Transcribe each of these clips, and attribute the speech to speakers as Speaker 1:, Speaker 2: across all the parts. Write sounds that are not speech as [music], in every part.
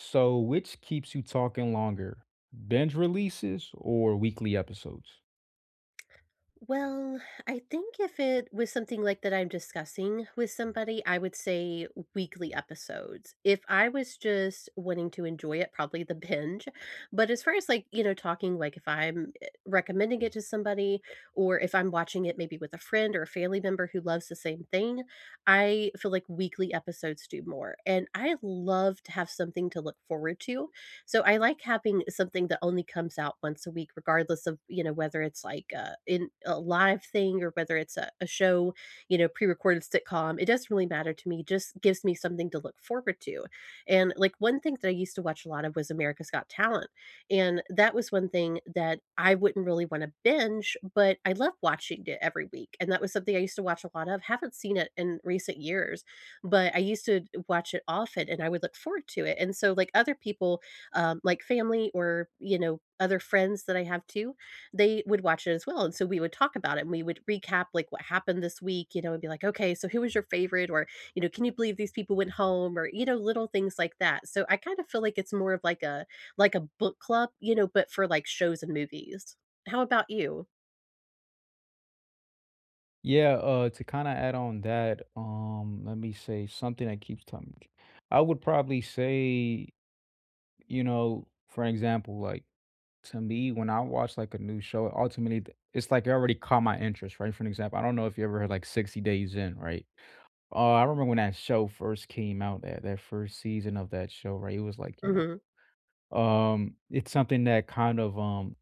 Speaker 1: So, which keeps you talking longer, binge releases or weekly episodes?
Speaker 2: Well, I think if it was something like that I'm discussing with somebody, I would say weekly episodes. If I was just wanting to enjoy it, probably the [laughs] binge. But as far as like, talking, like if I'm recommending it to somebody or if I'm watching it maybe with a friend or a family member who loves the same thing, I feel like weekly episodes do more. And I love to have something to look forward to so I like having something that only comes out once a week, regardless of, whether it's like in a live thing or whether it's a show, pre-recorded sitcom. It doesn't really matter to me. It just gives me something to look forward to. And like one thing that I used to watch a lot of was America's Got Talent. And that was one thing that I wouldn't really want to binge, but I love watching it every week. And that was something I used to watch a lot of. Haven't seen it in recent years, but I used to watch it often and I would look forward to it. And so like other people like family or other friends that I have too, they would watch it as well, and so we would talk about it and we would recap like what happened this week, you know, and be like, okay, so who was your favorite, or you know, can you believe these people went home, or you know, little things like that. So I kind of feel like it's more of like a book club, you know, but for like shows and movies. How about you?
Speaker 1: Yeah, to kind of add on that, let me say something that keeps time. I would probably say, you know, for example, like to me, when I watch like a new show, ultimately it's like it already caught my interest, right? For an example, I don't know if you ever heard like 60 Days In, right? I remember when that show first came out, that first season of that show, right? It was like, you know.
Speaker 2: Hmm.
Speaker 1: It's something that kind of,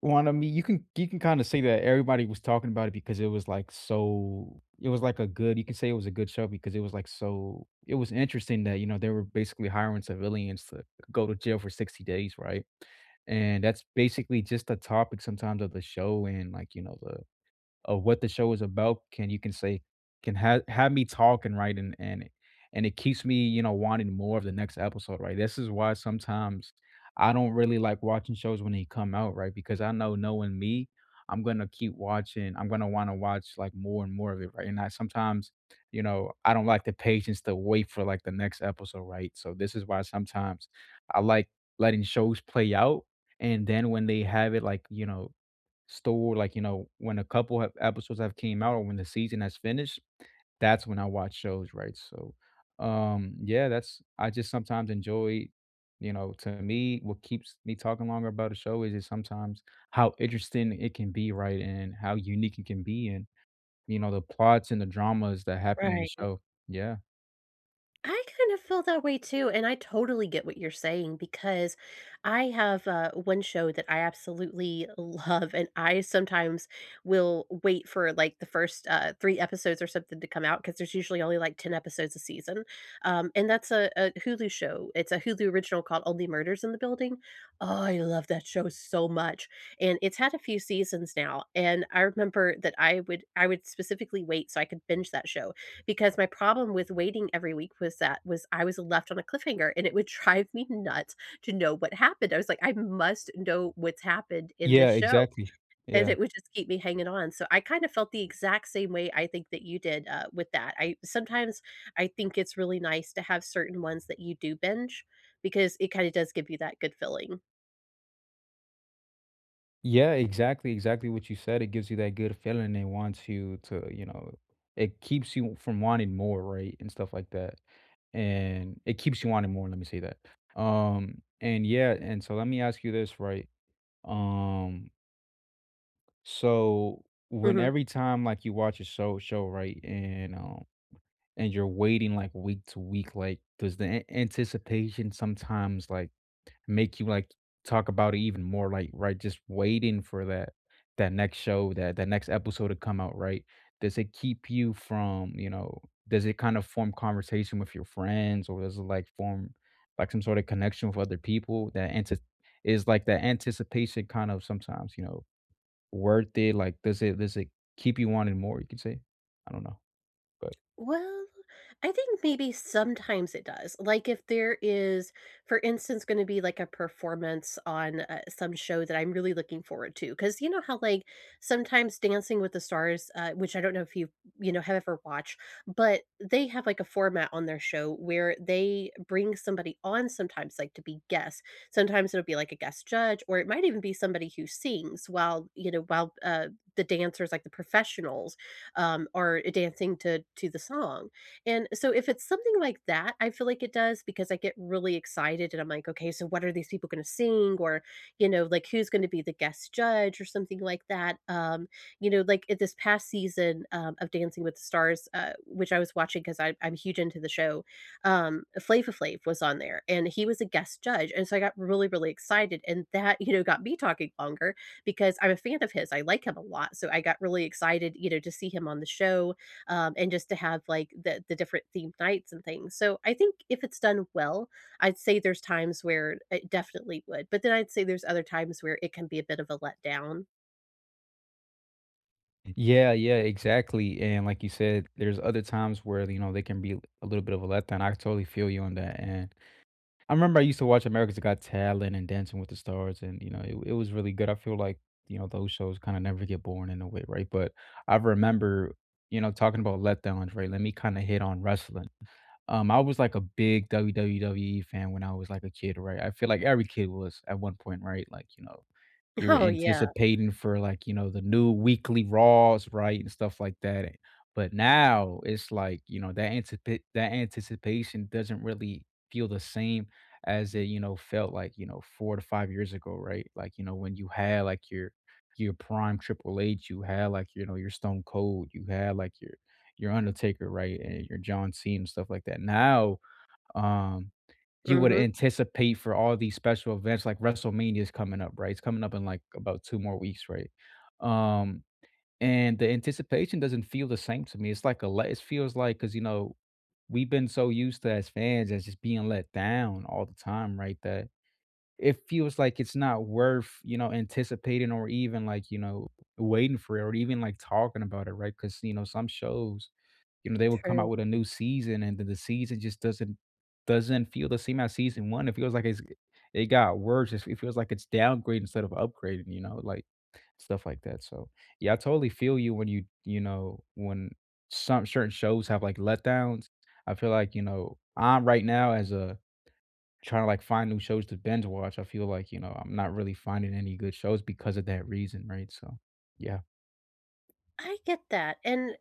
Speaker 1: one, I mean, you can kinda say that everybody was talking about it because it was, like, so it was, like, a good, you can say it was a good show because it was, like, so it was interesting that, you know, they were basically hiring civilians to go to jail for 60 days, right? And that's basically just the topic sometimes of the show and, like, you know, the of what the show is about, can you can say, can have me talking, right? And it and it keeps me, you know, wanting more of the next episode, right? This is why sometimes I don't really like watching shows when they come out, right? Because I know knowing me, I'm gonna keep watching. I'm gonna want to watch like more and more of it, right? And I sometimes, you know, I don't like the patience to wait for like the next episode, right? So this is why sometimes I like letting shows play out and then when they have it like you know store, like, you know, when a couple have episodes have came out or when the season has finished, that's when I watch shows, right? So, yeah, that's I just sometimes enjoy, you know, to me, what keeps me talking longer about a show is just sometimes how interesting it can be, right? And how unique it can be and, you know, the plots and the dramas that happen in the
Speaker 2: Right.
Speaker 1: show. Yeah.
Speaker 2: I kind of feel that way too, and I totally get what you're saying because I have one show that I absolutely [laughs] love, and I sometimes will wait for like the first three episodes or something to come out because there's usually only like ten episodes a season, and that's a Hulu show. It's a Hulu original called Only Murders in the Building. Oh, I love that show so much, and it's had a few seasons now. And I remember that I would specifically wait so I could binge that show because my problem with waiting every week was that was I was left on a cliffhanger and it would [laughs] drive me nuts to know what happened. I was like, I must know what's happened in this
Speaker 1: Yeah,
Speaker 2: show.
Speaker 1: exactly.
Speaker 2: And
Speaker 1: Yeah.
Speaker 2: it would just keep me hanging on. So I kind of felt the exact same way I think that you did with that. I sometimes I think it's really nice to have certain ones that you do binge because it kind of does give you that good feeling.
Speaker 1: Yeah, exactly, exactly what you said. It gives you that good feeling and wants you to, you know, it keeps you from wanting more, right? And stuff like that. And it keeps you wanting more, let me say that. And yeah, and so let me ask you this, right? Um, so when
Speaker 2: Mhm.
Speaker 1: every time like you watch a show, right, and and you're waiting like week to week, like does the anticipation sometimes like make you, like, talk about it even more, like, right, just waiting for that next show, that next episode to come out, right? Does it keep you from, you know, does it kind of form conversation with your friends, or does it, like, form, like, some sort of connection with other people that anti is, like, that anticipation kind of sometimes, you know, worth it? Like, does it keep you wanting more, you could say? I don't know, but
Speaker 2: Well, I think maybe sometimes it does. Like if there is, for instance, going to be like a performance on some show that I'm really looking forward to, because you know how like sometimes Dancing with the Stars, which I don't know if you you know have ever watched, but they have like a format on their show where they bring somebody on sometimes like to be guests. Sometimes it'll be like a guest judge, or it might even be somebody who sings while you know while the dancers like the professionals or dancing to the song. And so if it's something like that, I feel like it does because I get really excited and I'm like, okay, so what are these people going to sing or you know, like who's going to be the guest judge or something like that. You know, like at this past season of Dancing with the Stars, which I was watching because I'm huge into the show, Flava Flav was on there and he was a guest judge. And so I got really, really excited. And that, you know, got me talking longer because I'm a fan of his. I like him a lot. So I got really excited, you know, to see him on the show and just to have like the different themed nights and things. So I think if it's done well, I'd say there's times where it definitely would. But then I'd say there's other times where it can be a bit of a letdown.
Speaker 1: yeah, yeah, exactly. And like you said, there's other times where, you know, they can be a little bit of a letdown. I totally feel you on that. And I remember I used to watch America's Got Talent and Dancing with the Stars, and, you know, it was really good. I feel like, you know, those shows kind of never get boring in a way, right? But I remember, you know, talking about letdowns, right? Let me kind of hit on wrestling. I was like a big WWE fan when I was like a kid, right? I feel like every kid was at one point, right? Like, you know,
Speaker 2: [laughs]
Speaker 1: you're
Speaker 2: Oh, yeah.
Speaker 1: anticipating for like, you know, the new weekly Raws, right? And stuff like that. But now it's like, you know, that that anticipation doesn't really feel the same as it, you know, felt like, you know, four to five years ago, right? Like, you know, when you had like your prime Triple H, you had like, you know, your Stone Cold, you had like your Undertaker, right, and your John Cena and stuff like that. Now, um, you would
Speaker 2: Hmm.
Speaker 1: anticipate for all these special events like WrestleMania is coming up, right? It's coming up in like about 2 more weeks, right? Um, and the anticipation doesn't feel the same to me. It's like a let, it feels like because you know, we've been so used to as fans as just being let down all the time, right, that it feels like it's not worth, you know, anticipating or even like, you know, waiting for it or even like talking about it, right? Because you know, some shows you know, they would come
Speaker 2: True.
Speaker 1: out with a new season and then the season just doesn't feel the same as season 1. It feels like it got worse. It feels like it's downgrading instead of upgrading, you know, like stuff like that. So, yeah, I totally feel you when you know, when some certain shows have like letdowns. I feel like, you know, I'm right now as a trying to like find new shows to binge watch. I feel like, you know, I'm not really finding any good shows because of that reason, right? So, yeah,
Speaker 2: I get that. And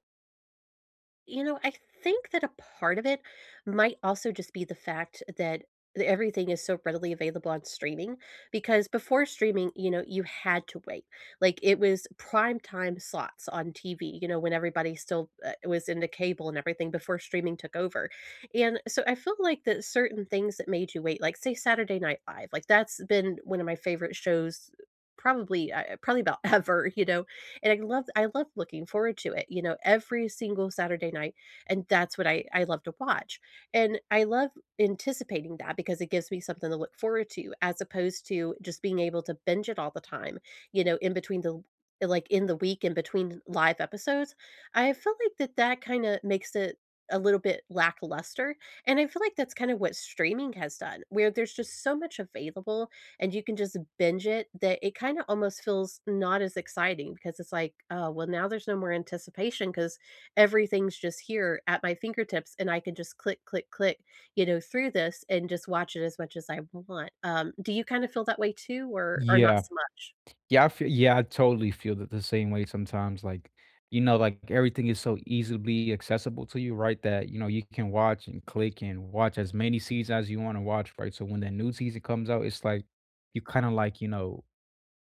Speaker 2: you know, I think that a part of it might also just be the fact that everything is so readily available on streaming because before streaming, you know, you had to wait. Like it was prime time slots on TV, you know, when everybody still was into cable and everything before streaming took over. And so I feel like that certain things that made you wait, like say Saturday Night Live, like that's been one of my favorite shows probably probably about [laughs] ever you know and I love looking forward to it, you know, every single Saturday night, and that's what I love to watch. And I love anticipating that because it gives me something to look forward to as opposed to just being able to binge it all the time, you know, in between the like in the week in between live episodes. I feel like that kind of makes it a little bit lackluster. And I feel like that's kind of what streaming has done, where there's just so much available and you can just binge it, that it kind of almost feels not as exciting because it's like, oh, well, now there's no more anticipation because everything's just here at my fingertips and I can just click, click, click, you know, through this and just watch it as much as I want. Do you kind of feel that way too, or not
Speaker 1: yeah.
Speaker 2: so much?
Speaker 1: Yeah, I feel yeah, I totally feel that the same way sometimes, like, you know, like, everything is so easily accessible to you, right, that, you know, you can watch and click and watch as many seasons as you wanna watch, right, so when that new season comes out, it's like you kinda, like, you know,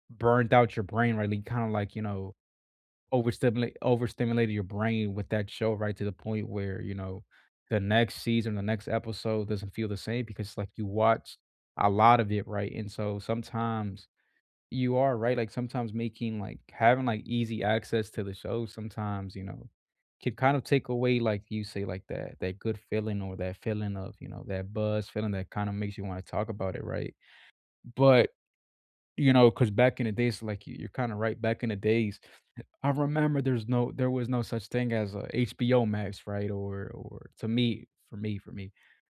Speaker 1: burned out your brain, right, like, kinda, like, you know, overstimulated your brain with that show, right, to the point where, you know, the next season, the next episode doesn't feel the same because, like, you watched a lot of it, right, and so sometimes you are right, like, sometimes making, like having, like, easy access to the show sometimes, you know, can kind of take away, like you say, like, that good feeling or that feeling of, you know, that buzz feeling that kinda makes you wanna talk about it, right? But, you know, because back in the days, like, you're kinda right, back in the days, I remember there was no such thing as a HBO Max, right? Or to me for me,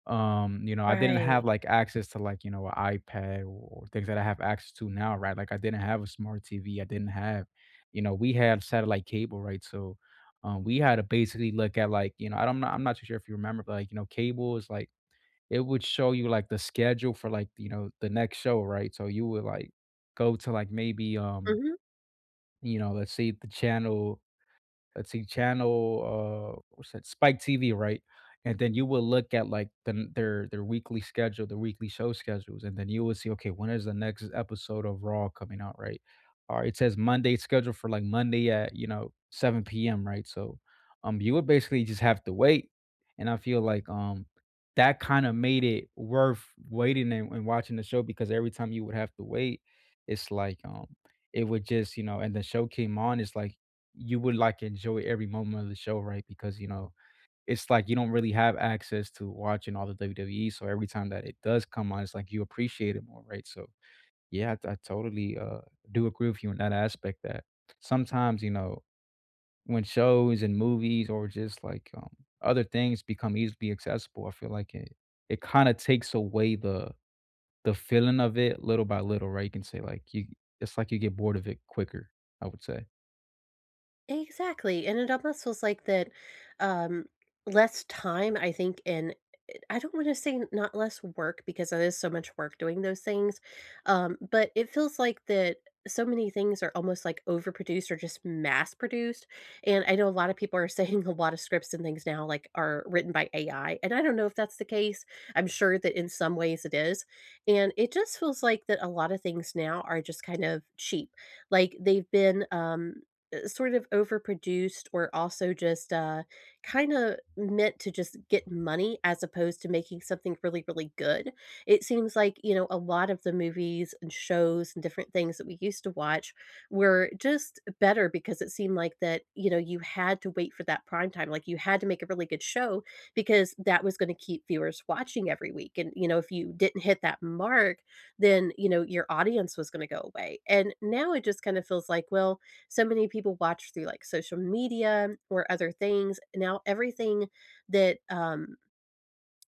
Speaker 1: you know, I didn't
Speaker 2: Right.
Speaker 1: have like access to like, you know, an iPad or things that I have access to now, right? Like I didn't have a smart TV. I didn't have, you know, we had satellite cable, right? So we had to basically look at like, you know, I don't know, I'm not too sure if you remember, but like, you know, cable is like it would show you like the schedule for like, you know, the next show, right? So you would like go to like maybe,
Speaker 2: Hmm.
Speaker 1: you know, let's say the channel, let's see, channel, what's that? Spike TV, right? And then you will look at like the their weekly schedule, their weekly show schedules, and then you will see, okay, when is the next episode of Raw coming out, right? Or it says Monday it's scheduled for like Monday at you know 7 p.m. right? So, you would basically just have to wait, and I feel like that kind of made it worth waiting and, watching the show because every time you would have to wait, it's like it would just you know, and the show came on, it's like you would like enjoy every moment of the show, right? Because you know, it's like you don't really have access to watching all the WWE. So every time that it does come on, it's like you appreciate it more, right? So yeah, I totally do agree with you in that aspect that sometimes, you know, when shows and movies or just like other things become easily accessible, I feel like it kind of takes away the feeling of it little by little, right? You can say like you it's like you get bored of it quicker, I would say.
Speaker 2: Exactly. And it almost feels like that um less time, I think, in I don't want to say not less work because that is so much work doing those things, but it feels like that so many things are almost like overproduced or just mass produced. And I know a lot of people are [laughs] saying a lot of scripts and things now like are written by AI, and I don't know if that's the case. I'm sure that in some ways it is, and it just feels like that a lot of things now are just kind of cheap, like they've been sort of overproduced or also just. Kinda meant to just get money as opposed to making something really, really good. It seems like, you know, a lot of the movies and shows and different things that we used to watch were just better because it seemed like that, you know, you had to wait for that prime time, like, you had to make a really good show because that was gonna keep viewers watching every week, and, you know, if you didn't hit that mark, then, you know, your audience was gonna go away, and now it just kinda feels like, well, so many people watch through like social media or other things. Now everything that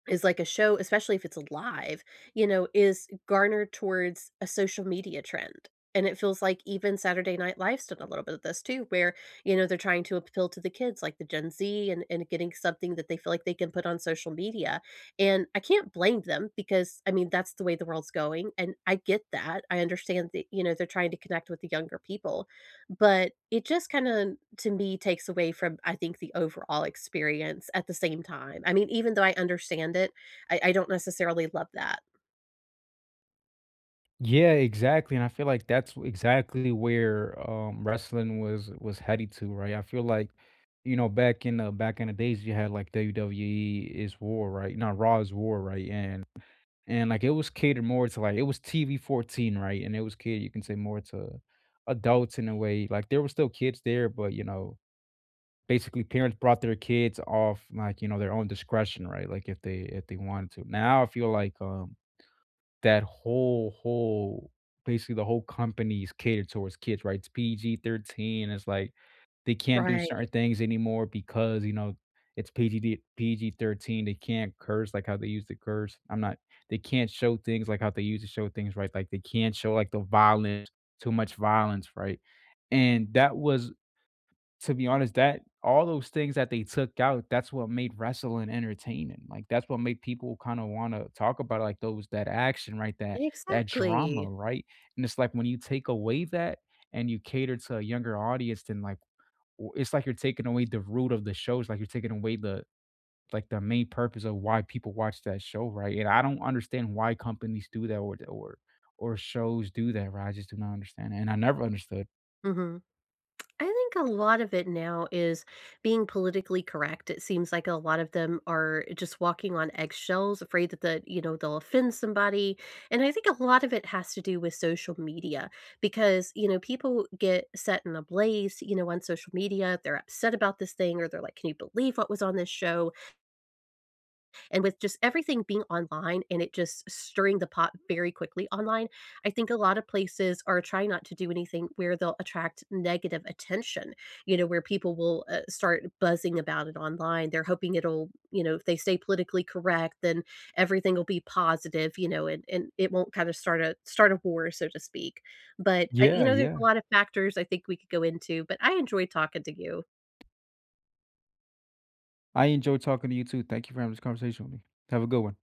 Speaker 2: is like a show, especially if it's live, you know, is garnered towards a social media trend. And it feels like even Saturday Night Live's done a little bit of this too, where, you know, they're trying to appeal to the kids, like the Gen Z, and, getting something that they feel like they can put on social media. And I can't blame them because, I mean, that's the way the world's going. And I get that. I understand that, you know, they're trying to connect with the younger people but it just kinda, to me, takes away from, I think, the overall experience at the same time. I mean, even though I understand it, I don't necessarily love that.
Speaker 1: Yeah, exactly, and I feel like that's exactly where, wrestling was headed to, right? I feel like, you know, back in the days, you had, like, WWE is War, right? Not Raw is War, right? And like, it was catered more to, like it was TV-14, right? And it was catered, you can say, more to adults in a way, like, there were still kids there, but, you know, basically, parents brought their kids off, like, you know, their own discretion, right? Like, if they wanted to. Now I feel like, that whole basically, the whole company is catered towards kids, right? It's PG-13, it's like, they can't do
Speaker 2: Right.
Speaker 1: certain things anymore because, you know, it's PGD PG-13, they can't curse like how they used to curse. I'm not they can't show things like how they used to show things, right? Like, they can't show, like, the violence too much violence, right? And that was, to be honest, that all those things that they took out, that's what made wrestling entertaining. Like, that's what made people kinda wanna talk about, it, like, those that action, right? That that drama,
Speaker 2: Exactly.
Speaker 1: right? And it's like when you take away that and you cater to a younger audience, then, like, w it's like you're taking away the root of the shows, like, you're taking away the like, the main purpose of why people watch that show, right? And I don't understand why companies do that or or shows do that, right? I just do not understand, it, and I never understood.
Speaker 2: Mhm. I think a lot of it now is being politically correct. It seems like a lot of them are just walking on eggshells, afraid that the you know they'll offend somebody. And I think a lot of it has to do with social media because you know people get set in a blaze, you know, on social media. They're upset about this thing, or they're like, "Can you believe what was on this show?" And with just everything being online and it just stirring the pot very quickly online, I think a lot of places are trying not to do anything where they'll attract negative attention, you know, where people will start buzzing about it online. They're hoping it'll, you know, if they stay politically correct, then everything will be positive, you know, and it won't kind of start a war, so to speak. But I, you
Speaker 1: Yeah,
Speaker 2: know, there's a
Speaker 1: yeah.
Speaker 2: lot of factors I think we could go into. But I enjoy talking to you.
Speaker 1: I enjoy talking to you too. Thank you for having this conversation with me. Have a good one.